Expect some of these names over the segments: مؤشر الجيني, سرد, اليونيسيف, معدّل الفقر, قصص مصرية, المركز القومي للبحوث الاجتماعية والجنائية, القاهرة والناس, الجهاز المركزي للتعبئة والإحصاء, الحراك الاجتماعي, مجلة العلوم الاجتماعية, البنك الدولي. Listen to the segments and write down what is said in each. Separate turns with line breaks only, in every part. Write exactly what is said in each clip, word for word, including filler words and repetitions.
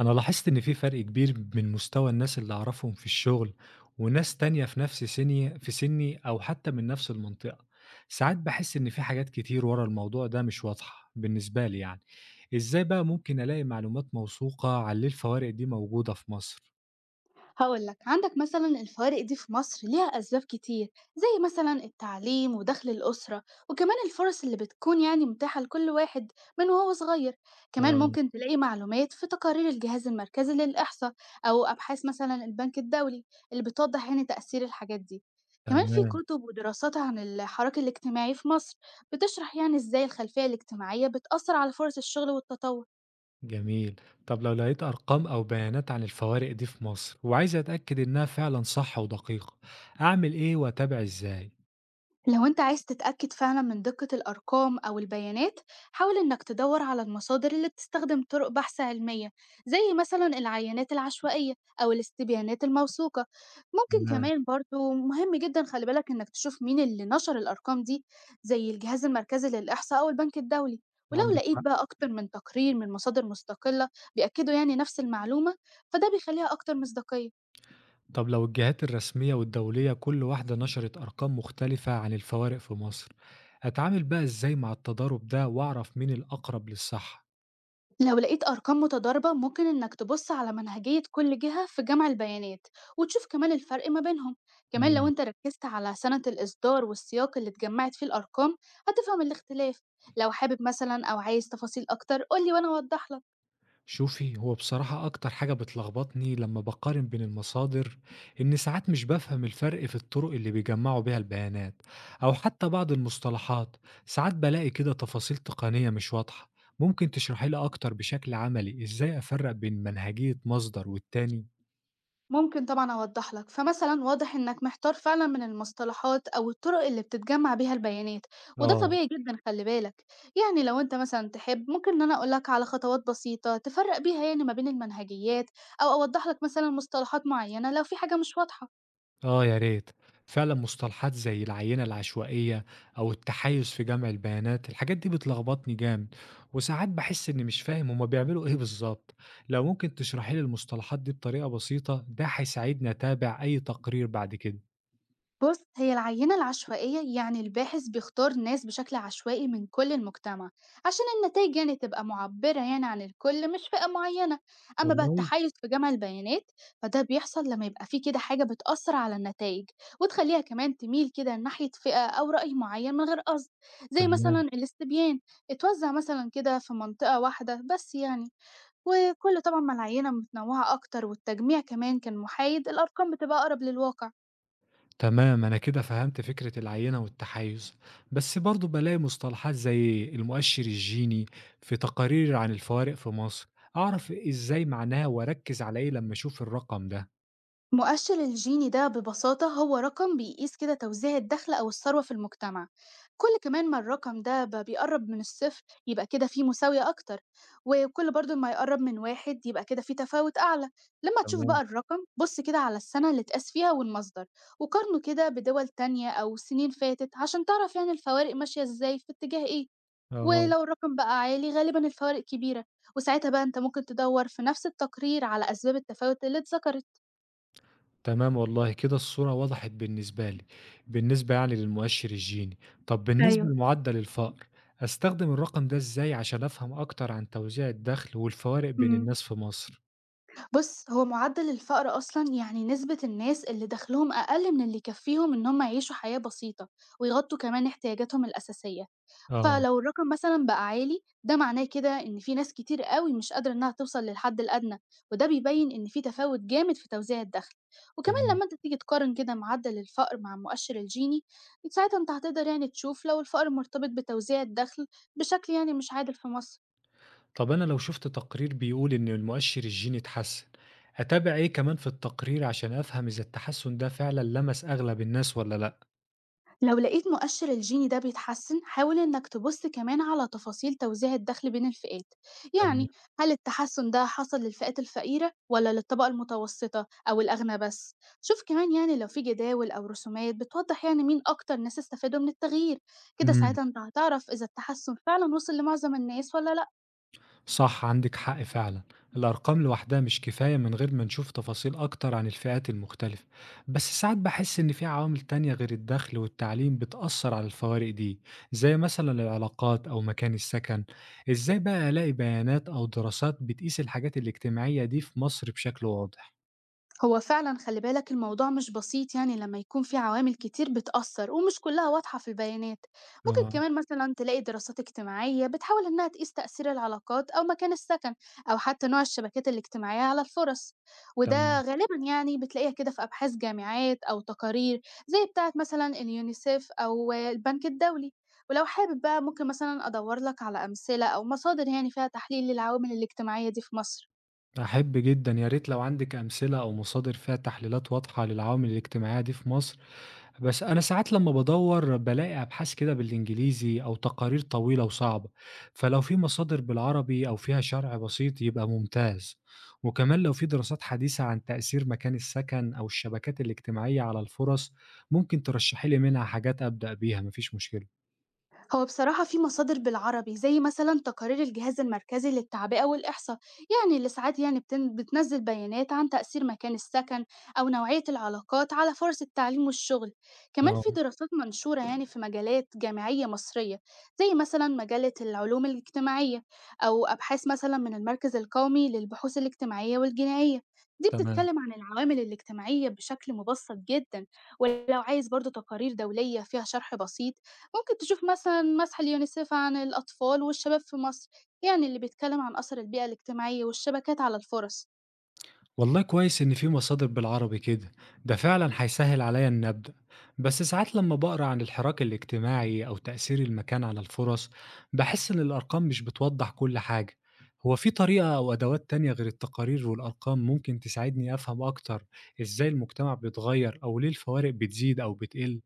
أنا لاحظت إن في فرق كبير من مستوى الناس اللي أعرفهم في الشغل وناس تانية في نفس سني في سني أو حتى من نفس المنطقة، ساعات بحس إن في حاجات كتير ورا الموضوع ده مش واضحة بالنسبة لي يعني، إزاي بقى ممكن ألاقي معلومات موثوقة عن ليه الفوارق دي موجودة في مصر؟
هقول لك عندك مثلا الفوارق دي في مصر ليها أسباب كتير، زي مثلا التعليم ودخل الأسرة، وكمان الفرص اللي بتكون يعني متاحة لكل واحد من وهو صغير. كمان
آه.
ممكن تلاقي معلومات في تقارير الجهاز المركزي للإحصاء، أو أبحاث مثلا البنك الدولي اللي بتوضح يعني تأثير الحاجات دي. كمان في
تمام.
كتب ودراسات عن الحراك الاجتماعي في مصر بتشرح يعني إزاي الخلفية الاجتماعية بتأثر على فرص الشغل والتطور.
جميل. طب لو لقيت أرقام أو بيانات عن الفوارق دي في مصر وعايز أتأكد إنها فعلا صح ودقيقة، أعمل إيه وأتابع إزاي؟
لو أنت عايز تتأكد فعلا من دقة الأرقام أو البيانات، حاول إنك تدور على المصادر اللي بتستخدم طرق بحث علمية، زي مثلا العينات العشوائية أو الاستبيانات الموثوقة. ممكن
تمام.
كمان برضو مهم جدا، خلي بالك إنك تشوف مين اللي نشر الأرقام دي، زي الجهاز المركزي للإحصاء أو البنك الدولي. ولو
عندك
لقيت
حق.
بقى أكتر من تقرير من مصادر مستقلة بيأكدوا يعني نفس المعلومة، فده بيخليها أكتر مصداقية.
طب لو الجهات الرسمية والدولية كل واحدة نشرت أرقام مختلفة عن الفوارق في مصر، أتعامل بقى إزاي مع التضارب ده وأعرف مين الأقرب للصحة؟
لو لقيت أرقام متضاربة، ممكن إنك تبص على منهجية كل جهة في جمع البيانات وتشوف كمان الفرق ما بينهم. كمان لو
مم.
أنت ركزت على سنة الإصدار والسياق اللي اتجمعت فيه الأرقام، هتفهم الاختلاف. لو حابب مثلا أو عايز تفاصيل أكتر، قولي وأنا أوضحلك.
شوفي هو بصراحة أكتر حاجة بتلخبطني لما بقارن بين المصادر إن ساعات مش بفهم الفرق في الطرق اللي بيجمعوا بيها البيانات أو حتى بعض المصطلحات، ساعات بلاقي كده تفاصيل تقنية مش واضحة، ممكن تشرحي لي أكتر بشكل عملي إزاي أفرق بين منهجية مصدر والتاني؟
ممكن طبعًا أوضّح لك، فمثلًا واضح إنك محتار فعلًا من المصطلحات أو الطرق اللي بتتجمّع بيها البيانات، وده
آه.
طبيعي جدًا، خلّي بالك. يعني لو أنت مثلًا تحب ممكن إن أنا أقول لك على خطوات بسيطة تفرّق بيها يعني ما بين المنهجيات، أو أوضّح لك مثلًا مصطلحات معيّنة لو في حاجة مش واضحة.
آه يا ريت، فعلا مصطلحات زي العينة العشوائية أو التحيز في جمع البيانات الحاجات دي بتلخبطني جامد، وساعات بحس إني مش فاهم هما بيعملوا إيه بالظبط. لو ممكن تشرحي لي المصطلحات دي بطريقة بسيطة ده هيساعدني أتابع أي تقرير بعد كده.
بُص، هي العينة العشوائية يعني الباحث بيختار ناس بشكل عشوائي من كل المجتمع عشان النتائج يعني تبقى معبرة يعني عن الكل مش فئة معينة. أما بقى
والله.
التحيز في جمع البيانات فده بيحصل لما يبقى فيه كده حاجة بتأثر على النتائج وتخليها كمان تميل كده ناحية فئة أو رأي معين من غير قصد، زي مثلا
تمام.
الاستبيان اتوزع مثلا كده في منطقة واحدة بس يعني، وكل طبعا ما العينة متنوعة أكتر والتجميع كمان كان محايد الأرقام بتبقى أقرب للواقع.
تمام أنا كده فهمت فكرة العينة والتحيز، بس برضو بلاقي مصطلحات زي المؤشر الجيني في تقارير عن الفوارق في مصر، أعرف إزاي معناها وأركز على إيه لما أشوف الرقم ده.
مؤشر الجيني ده ببساطة هو رقم بيقيس كده توزيع الدخل أو الثروة في المجتمع. كل كمان ما الرقم ده بقى بيقرب من الصفر، يبقى كده فيه مساوية أكتر، وكل برضو ما يقرب من واحد يبقى كده فيه تفاوت أعلى. لما تشوف بقى
تمام.
الرقم، بص كده على السنة اللي اتقاس فيها والمصدر، وقارنه كده بدول تانية أو سنين فاتت عشان تعرف يعني الفوارق ماشية إزاي في اتجاه إيه.
آه.
ولو الرقم بقى عالي، غالبا الفوارق كبيرة، وساعتها بقى أنت ممكن تدور في نفس التقرير على أسباب التفاوت اللي اتذكرت.
تمام والله كده الصورة وضحت بالنسبة لي، بالنسبة يعني للمؤشر الجيني، طب بالنسبة
أيوه.
لمعدل الفقر، أستخدم الرقم ده إزاي عشان أفهم أكتر عن توزيع الدخل والفوارق بين
إمم.
الناس في مصر؟
بُص، هو معدّل الفقر أصلًا يعني نسبة الناس اللي دخلهم أقل من اللي يكفّيهم إن هم يعيشوا حياة بسيطة، ويغطّوا كمان احتياجاتهم الأساسية.
آه.
فلو الرقم مثلًا بقى عالي، ده معناه كده إن في ناس كتير أوي مش قادرة إنها توصل للحد الأدنى، وده بيبيّن إن في تفاوت جامد في توزيع الدخل، وكمان
تمام.
لمّا أنت تيجي تقارن كده معدّل الفقر مع المؤشر الجيني، ساعتها أنت هتقدر يعني تشوف لو الفقر مرتبط بتوزيع الدخل بشكل يعني مش عادل في مصر.
طب أنا لو شفت تقرير بيقول إن المؤشر الجيني اتحسن، أتابع إيه كمان في التقرير عشان أفهم إذا التحسن ده فعلا لمس أغلب الناس ولا لأ؟
لو لقيت مؤشر الجيني ده بيتحسن، حاول إنك تبص كمان على تفاصيل توزيع الدخل بين الفئات،
تمام.
يعني هل التحسن ده حصل للفئات الفقيرة ولا للطبقة المتوسطة أو الأغنى بس. شوف كمان يعني لو في جداول أو رسومات بتوضح يعني مين أكتر ناس استفادوا من التغيير، كده
إمم.
ساعتها أنت هتعرف إذا التحسن فعلا وصل لمعظم الناس ولا لأ.
صح عندك حق فعلا، الأرقام لوحدها مش كفاية من غير ما نشوف تفاصيل أكتر عن الفئات المختلفة، بس ساعات بحس إن في عوامل تانية غير الدخل والتعليم بتأثر على الفوارق دي، زي مثلا العلاقات أو مكان السكن. إزاي بقى ألاقي بيانات أو دراسات بتقيس الحاجات الاجتماعية دي في مصر بشكل واضح؟
هو فعلا خلي بالك، الموضوع مش بسيط يعني لما يكون في عوامل كتير بتأثر ومش كلها واضحة في البيانات. ممكن
آه.
كمان مثلا تلاقي دراسات اجتماعية بتحاول إنها تقيس تأثير العلاقات أو مكان السكن، أو حتى نوع الشبكات الاجتماعية على الفرص، وده
تمام.
غالبا يعني بتلاقيها كده في أبحاث جامعات أو تقارير، زي بتاعة مثلا اليونيسيف أو البنك الدولي. ولو حابب بقى، ممكن مثلا أدور لك على أمثلة أو مصادر يعني فيها تحليل للعوامل الاجتماعية دي في مصر.
أحب جدا يا ريت لو عندك أمثلة أو مصادر فيها تحليلات واضحة للعوامل الاجتماعية دي في مصر، بس أنا ساعات لمّا بادوّر بالاقي أبحاث كده بالإنجليزي أو تقارير طويلة وصعبة، فلو في مصادر بالعربي أو فيها شرح بسيط يبقى ممتاز، وكمان لو في دراسات حديثة عن تأثير مكان السكن أو الشبكات الاجتماعية على الفُرَص، ممكن ترشحي لي منها حاجات أبدأ بيها ما فيش مشكلة.
هو بصراحة في مصادر بالعربي، زي مثلا تقارير الجهاز المركزي للتعبئة والإحصاء، يعني اللي ساعات يعني بتن- بتنزل بيانات عن تأثير مكان السكن أو نوعية العلاقات على فرص التعليم والشغل. كمان
آه.
في دراسات منشورة يعني في مجالات جامعية مصرية، زي مثلا مجلة العلوم الاجتماعية، أو أبحاث مثلا من المركز القومي للبحوث الاجتماعية والجنائية. دي
تمام.
بتتكلم عن العوامل الاجتماعية بشكل مبسط جدا. ولو عايز برضو تقارير دولية فيها شرح بسيط، ممكن تشوف مثلًا مَسْح اليونيسيف عن الأطفال والشباب في مصر، يعني اللي بيتكلم عن أثر البيئة الاجتماعية والشبكات على الفُرَص.
والله كويس إن في مصادر بالعربي كده، ده فعلا هيسهل عليا إني أبدأ، بس ساعات لما بقرأ عن الحراك الاجتماعي أو تأثير المكان على الفرص بحس إن الأرقام مش بتوضح كل حاجة، هو في طريقة أو أدوات تانية غير التقارير والأرقام ممكن تساعدني أفهم أكتر إزاي المجتمع بيتغير أو ليه الفوارق بتزيد أو بتقل؟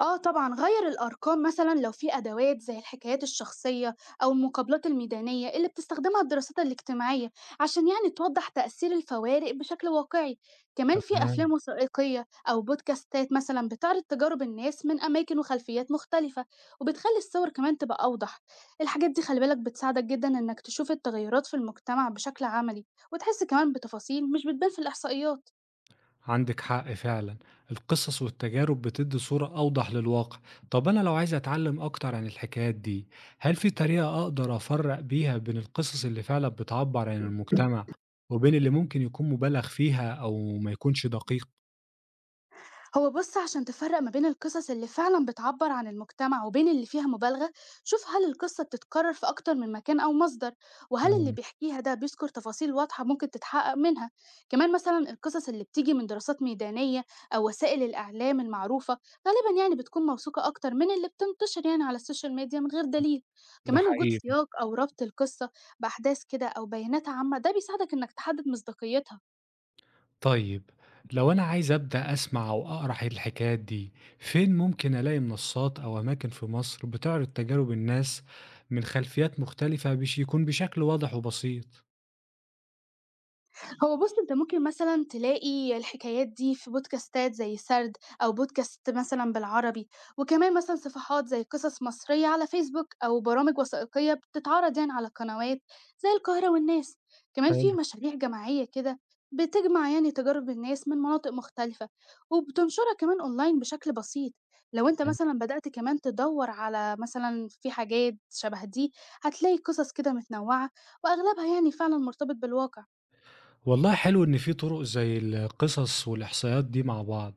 آه طبعًا، غيّر الأرقام مثلًا لو في أدوات زي الحكايات الشخصية أو المقابلات الميدانية اللي بتستخدمها الدراسات الاجتماعية، عشان يعني توضّح تأثير الفوارق بشكل واقعي. كمان في أفلام
تمام.
وثائقية أو بودكاستات مثلًا بتعرض تجارب الناس من أماكن وخلفيات مختلفة، وبتخلّي الصور كمان تبقى أوضح. الحاجات دي خلّي بالك بتساعدك جدًا إنك تشوف التغيرات في المجتمع بشكل عملي، وتحس كمان بتفاصيل مش بتبان في الإحصائيات.
عندك حق فعلا، القصص والتجارب بتدي صورة أوضح للواقع. طب أنا لو عايز أتعلم أكتر عن الحكايات دي، هل في طريقة أقدر أفرق بيها بين القصص اللي فعلا بتعبر عن المجتمع وبين اللي ممكن يكون مبالغ فيها أو ما يكونش دقيق؟
هو بص، عشان تفرق ما بين القصص اللي فعلا بتعبر عن المجتمع وبين اللي فيها مبالغة، شوف هل القصة بتتكرر في أكتر من مكان أو مصدر، وهل اللي
مم.
بيحكيها ده بيذكر تفاصيل واضحة ممكن تتحقق منها. كمان مثلا القصص اللي بتيجي من دراسات ميدانية أو وسائل الإعلام المعروفة، غالبا يعني بتكون موثوقة أكتر من اللي بتنتشر يعني على السوشيال ميديا من غير دليل.
ده
كمان وجود
حقيقي.
سياق أو ربط القصة بأحداث كده أو بيانات عامة، ده بيساعدك إنك تحدد مصداقيتها.
طيب، لو أنا عايز أبدأ أسمع أو أقرأ الحكايات دي فين ممكن ألاقي منصات أو أماكن في مصر بتعرض تجارب الناس من خلفيات مختلفة بش يكون بشكل واضح وبسيط؟
هو بُص، أنت ممكن مثلًا تلاقي الحكايات دي في بودكاستات زي سرد أو بودكاست مثلًا بالعربي، وكمان مثلًا صفحات زي قصص مصرية على فيسبوك أو برامج وثائقية بتتعرض يعني على قنوات زي القاهرة والناس. كمان في
حلو.
مشاريع جماعية كده بتجمع يعني تجارب الناس من مناطق مختلفة، وبتنشرها كمان أونلاين بشكل بسيط. لو أنت مثلًا بدأت كمان تدوّر على مثلًا في حاجات شبه دي، هتلاقي قصص كده متنوعة وأغلبها يعني فعلًا مرتبط بالواقع.
والله حلو إن في طرق زي القصص والإحصائيات دي مع بعض.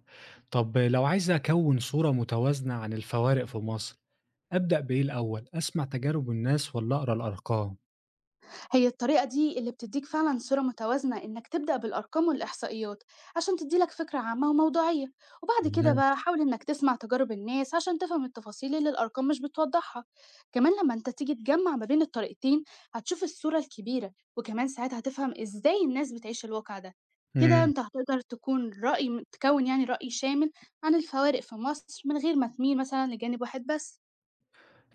طب لو عايز أكون صورة متوازنة عن الفوارق في مصر أبدأ بإيه الأول؟ أسمع تجارب الناس ولا أقرأ الأرقام؟
هي الطريقة دي اللي بتديك فعلا صورة متوازنة، إنك تبدأ بالأرقام والإحصائيات عشان تديلك فكرة عامة وموضوعية، وبعد كده
تمام.
بقى حاول إنك تسمع تجارب الناس عشان تفهم التفاصيل اللي الأرقام مش بتوضحها. كمان لما أنت تيجي تجمع ما بين الطريقتين، هتشوف الصورة الكبيرة، وكمان ساعتها هتفهم إزاي الناس بتعيش الواقع ده. كده
مم.
أنت هتقدر تكون رأي تكون يعني رأي شامل عن الفوارق في مصر من غير ما تميل مثلا لجانب واحد بس.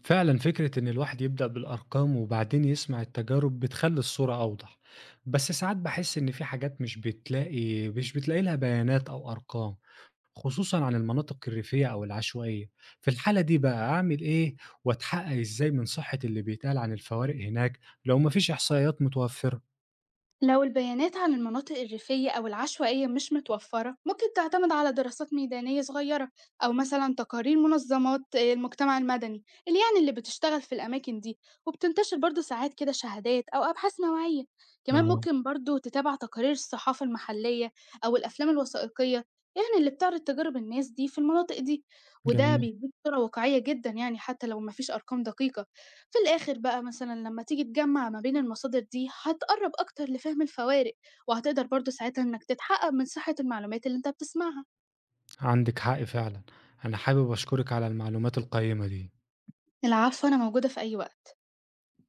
فعلا فكرة إن الواحد يبدأ بالأرقام وبعدين يسمع التجارب بتخلي الصورة أوضح، بس ساعات بحس إن في حاجات مش بتلاقي مش بتلاقي لها بيانات أو أرقام خصوصًا عن المناطق الريفية أو العشوائية، في الحالة دي بقى أعمل إيه وأتحقق إزاي من صحة اللي بيتقال عن الفوارق هناك لو ما فيش إحصائيات متوفرة؟
لو البيانات عن المناطق الريفية أو العشوائية مش متوفرة، ممكن تعتمد على دراسات ميدانية صغيرة، أو مثلا تقارير منظمات آه، المجتمع المدني اللي يعني اللي بتشتغل في الأماكن دي، وبتنتشر برضو ساعات كده شهادات أو أبحاث نوعية. كمان
آه.
ممكن برضو تتابع تقارير الصحافة المحلية أو الأفلام الوثائقية، يعني اللي بتعرض تجارب الناس دي في المناطق دي، وده
جميل.
بيديك صورة واقعية جدا يعني حتى لو مفيش أرقام دقيقة. في الآخر بقى مثلًا لمّا تيجي تجمّع ما بين المصادر دي، هتقرّب أكتر لفهم الفوارق، وهتقدر برضه ساعتها إنك تتحقق من صحة المعلومات اللي أنت بتسمعها.
عندِك حق فعلًا، أنا حابب أشكرِك على المعلومات القيّمة دي.
العفو، أنا موجودة في أي وقت.